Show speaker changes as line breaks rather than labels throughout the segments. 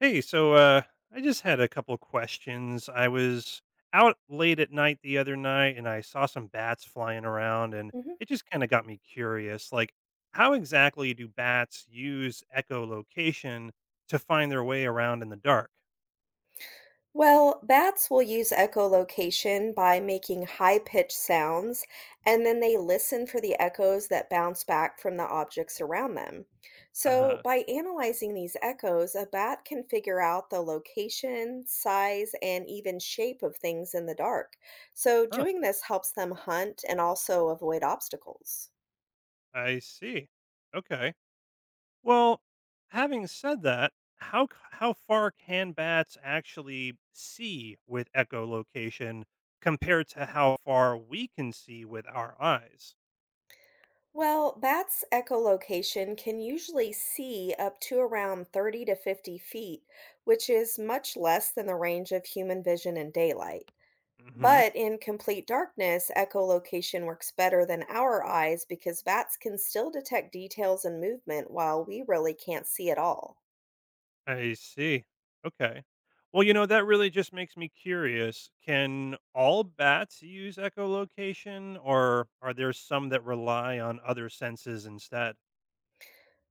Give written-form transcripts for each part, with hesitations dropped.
Hey, I just had a couple questions. I was out late at night the other night and I saw some bats flying around, and
Mhm.
it just kind of got me curious. How exactly do bats use echolocation to find their way around in the dark?
Well, bats will use echolocation by making high-pitched sounds, and then they listen for the echoes that bounce back from the objects around them.
Uh
So,
huh.
by analyzing these echoes, a bat can figure out the location, size, and even shape of things in the dark. So,
Huh.
doing this helps them hunt and also avoid obstacles.
I see. Okay. Well, having said that, how far can bats actually see with echolocation compared to how far we can see with our eyes?
Well, bats' echolocation can usually see up to around 30 to 50 feet, which is much less than the range of human vision in daylight.
Hmm.
But in complete darkness, echolocation works better than our eyes because bats can still detect details and movement while we really can't see at all.
I see. Okay. Well, that really just makes me curious. Can all bats use echolocation, or are there some that rely on other senses instead?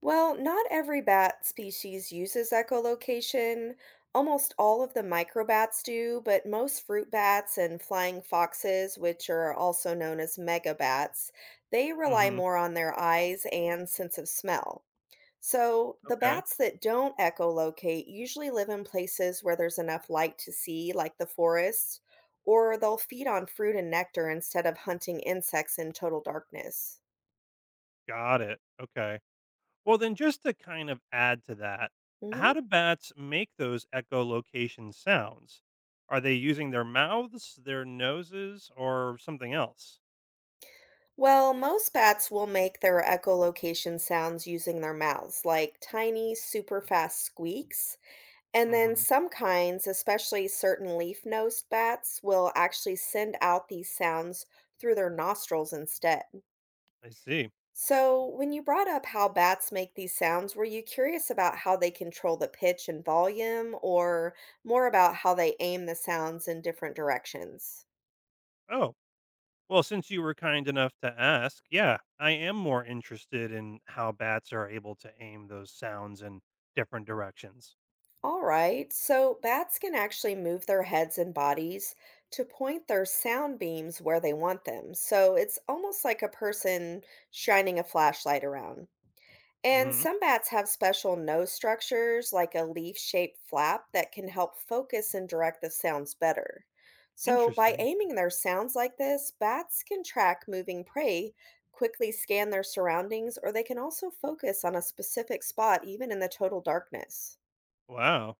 Well, not every bat species uses echolocation. Almost all of the microbats do, but most fruit bats and flying foxes, which are also known as megabats, they rely
Hmm.
more on their eyes and sense of smell. So, the
Okay.
bats that don't echolocate usually live in places where there's enough light to see, like the forests, or they'll feed on fruit and nectar instead of hunting insects in total darkness.
Got it. Okay. Well, then, just to kind of add to that, how
Mhm.
do bats make those echolocation sounds? Are they using their mouths, their noses, or something else?
Well, most bats will make their echolocation sounds using their mouths, like tiny, super fast squeaks. And then
Hmm.
some kinds, especially certain leaf nosed bats, will actually send out these sounds through their nostrils instead.
I see.
So, when you brought up how bats make these sounds, were you curious about how they control the pitch and volume, or more about how they aim the sounds in different directions?
Oh, well, since you were kind enough to ask, yeah, I am more interested in how bats are able to aim those sounds in different directions.
All right, so bats can actually move their heads and bodies to point their sound beams where they want them. So it's almost like a person shining a flashlight around. And
Hmm.
some bats have special nose structures, like a leaf shaped flap, that can help focus and direct the sounds better. So by
Interesting.
aiming their sounds like this, bats can track moving prey, quickly scan their surroundings, or they can also focus on a specific spot, even in the total darkness.
Wow.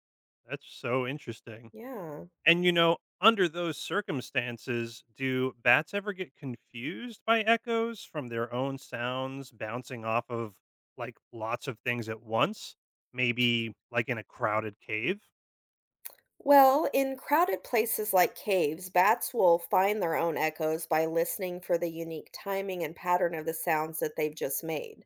That's so interesting.
Yeah.
And under those circumstances, do bats ever get confused by echoes from their own sounds bouncing off of like lots of things at once? Maybe like in a crowded cave?
Well, in crowded places like caves, bats will find their own echoes by listening for the unique timing and pattern of the sounds that they've just made.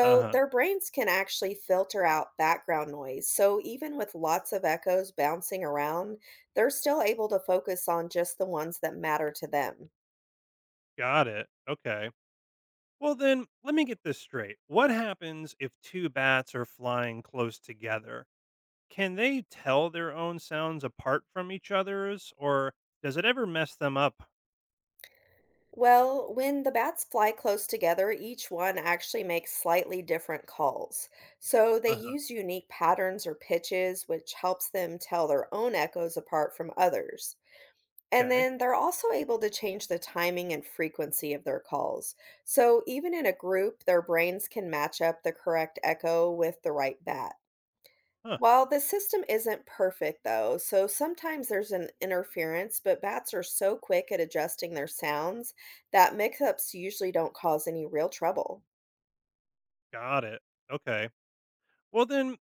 Uh huh.
their brains can actually filter out background noise. So even with lots of echoes bouncing around, they're still able to focus on just the ones that matter to them.
Got it. Okay. Well, then let me get this straight. What happens if two bats are flying close together? Can they tell their own sounds apart from each other's, or does it ever mess them up?
Well, when the bats fly close together, each one actually makes slightly different calls. So they
Uh huh.
use unique patterns or pitches, which helps them tell their own echoes apart from others. And
Okay.
then they're also able to change the timing and frequency of their calls. So even in a group, their brains can match up the correct echo with the right bat.
Huh.
Well, the system isn't perfect though, so sometimes there's an interference, but bats are so quick at adjusting their sounds that mix-ups usually don't cause any real trouble.
Got it. Okay. Well, then,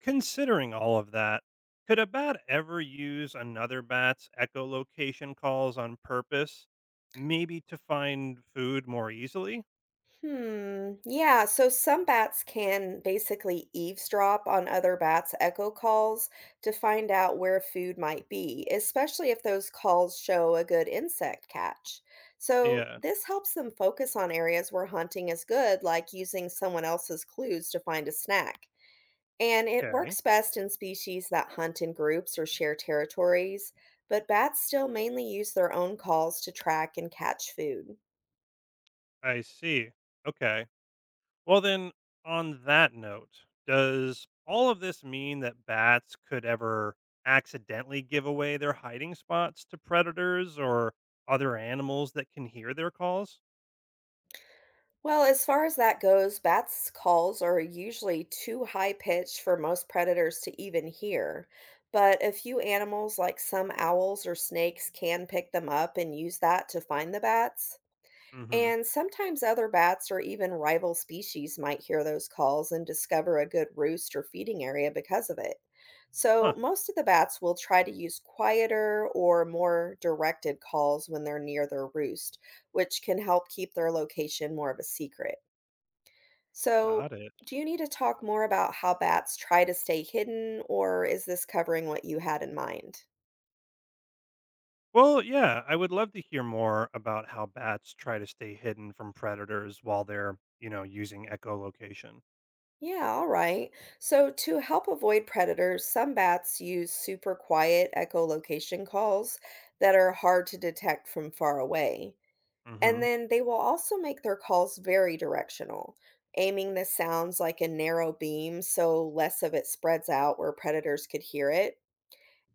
considering all of that, could a bat ever use another bat's echolocation calls on purpose, maybe to find food more easily?
Hmm, yeah, so some bats can basically eavesdrop on other bats' echo calls to find out where food might be, especially if those calls show a good insect catch. So,
Yeah,
this helps them focus on areas where hunting is good, like using someone else's clues to find a snack. And it
okay,
works best in species that hunt in groups or share territories, but bats still mainly use their own calls to track and catch food.
I see. Okay. Well, then, on that note, does all of this mean that bats could ever accidentally give away their hiding spots to predators or other animals that can hear their calls?
Well, as far as that goes, bats' calls are usually too high pitched for most predators to even hear. But a few animals, like some owls or snakes, can pick them up and use that to find the bats.
Mm hmm.
And sometimes other bats or even rival species might hear those calls and discover a good roost or feeding area because of it. So,
Huh,
most of the bats will try to use quieter or more directed calls when they're near their roost, which can help keep their location more of a secret. So,
got it.
do you need to talk more about how bats try to stay hidden, or is this covering what you had in mind?
Well, yeah, I would love to hear more about how bats try to stay hidden from predators while they're using echolocation.
Yeah, all right. So, to help avoid predators, some bats use super quiet echolocation calls that are hard to detect from far away. And
Hmm.
then they will also make their calls very directional, aiming the sounds like a narrow beam so less of it spreads out where predators could hear it.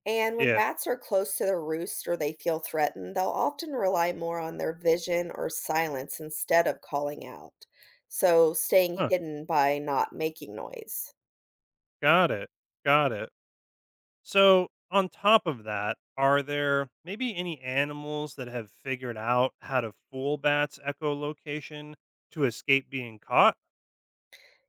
And when
Yeah.
bats are close to their roost or they feel threatened, they'll often rely more on their vision or silence instead of calling out. So, staying
Huh.
hidden by not making noise.
Got it. Got it. So, on top of that, are there maybe any animals that have figured out how to fool bats' echolocation to escape being caught?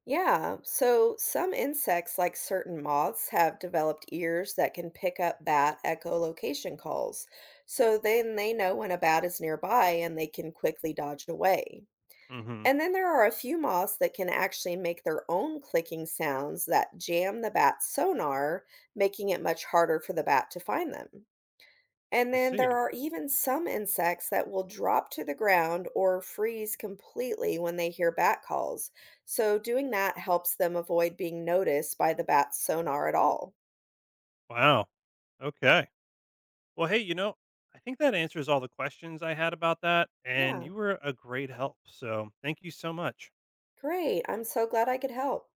Yeah, so some insects, like certain moths, have developed ears that can pick up bat echolocation calls. So then they know when a bat is nearby and they can quickly dodge away.
Hmm.
And then there are a few moths that can actually make their own clicking sounds that jam the bat's sonar, making it much harder for the bat to find them. And
I
then there
see.
are even some insects that will drop to the ground or freeze completely when they hear bat calls. So doing that helps them avoid being noticed by the bat's sonar at all.
Wow. Okay. Well, hey, I think that answers all the questions I had about that, and
Yeah,
you were a great help. So, thank you so much.
great. I'm so glad I could help.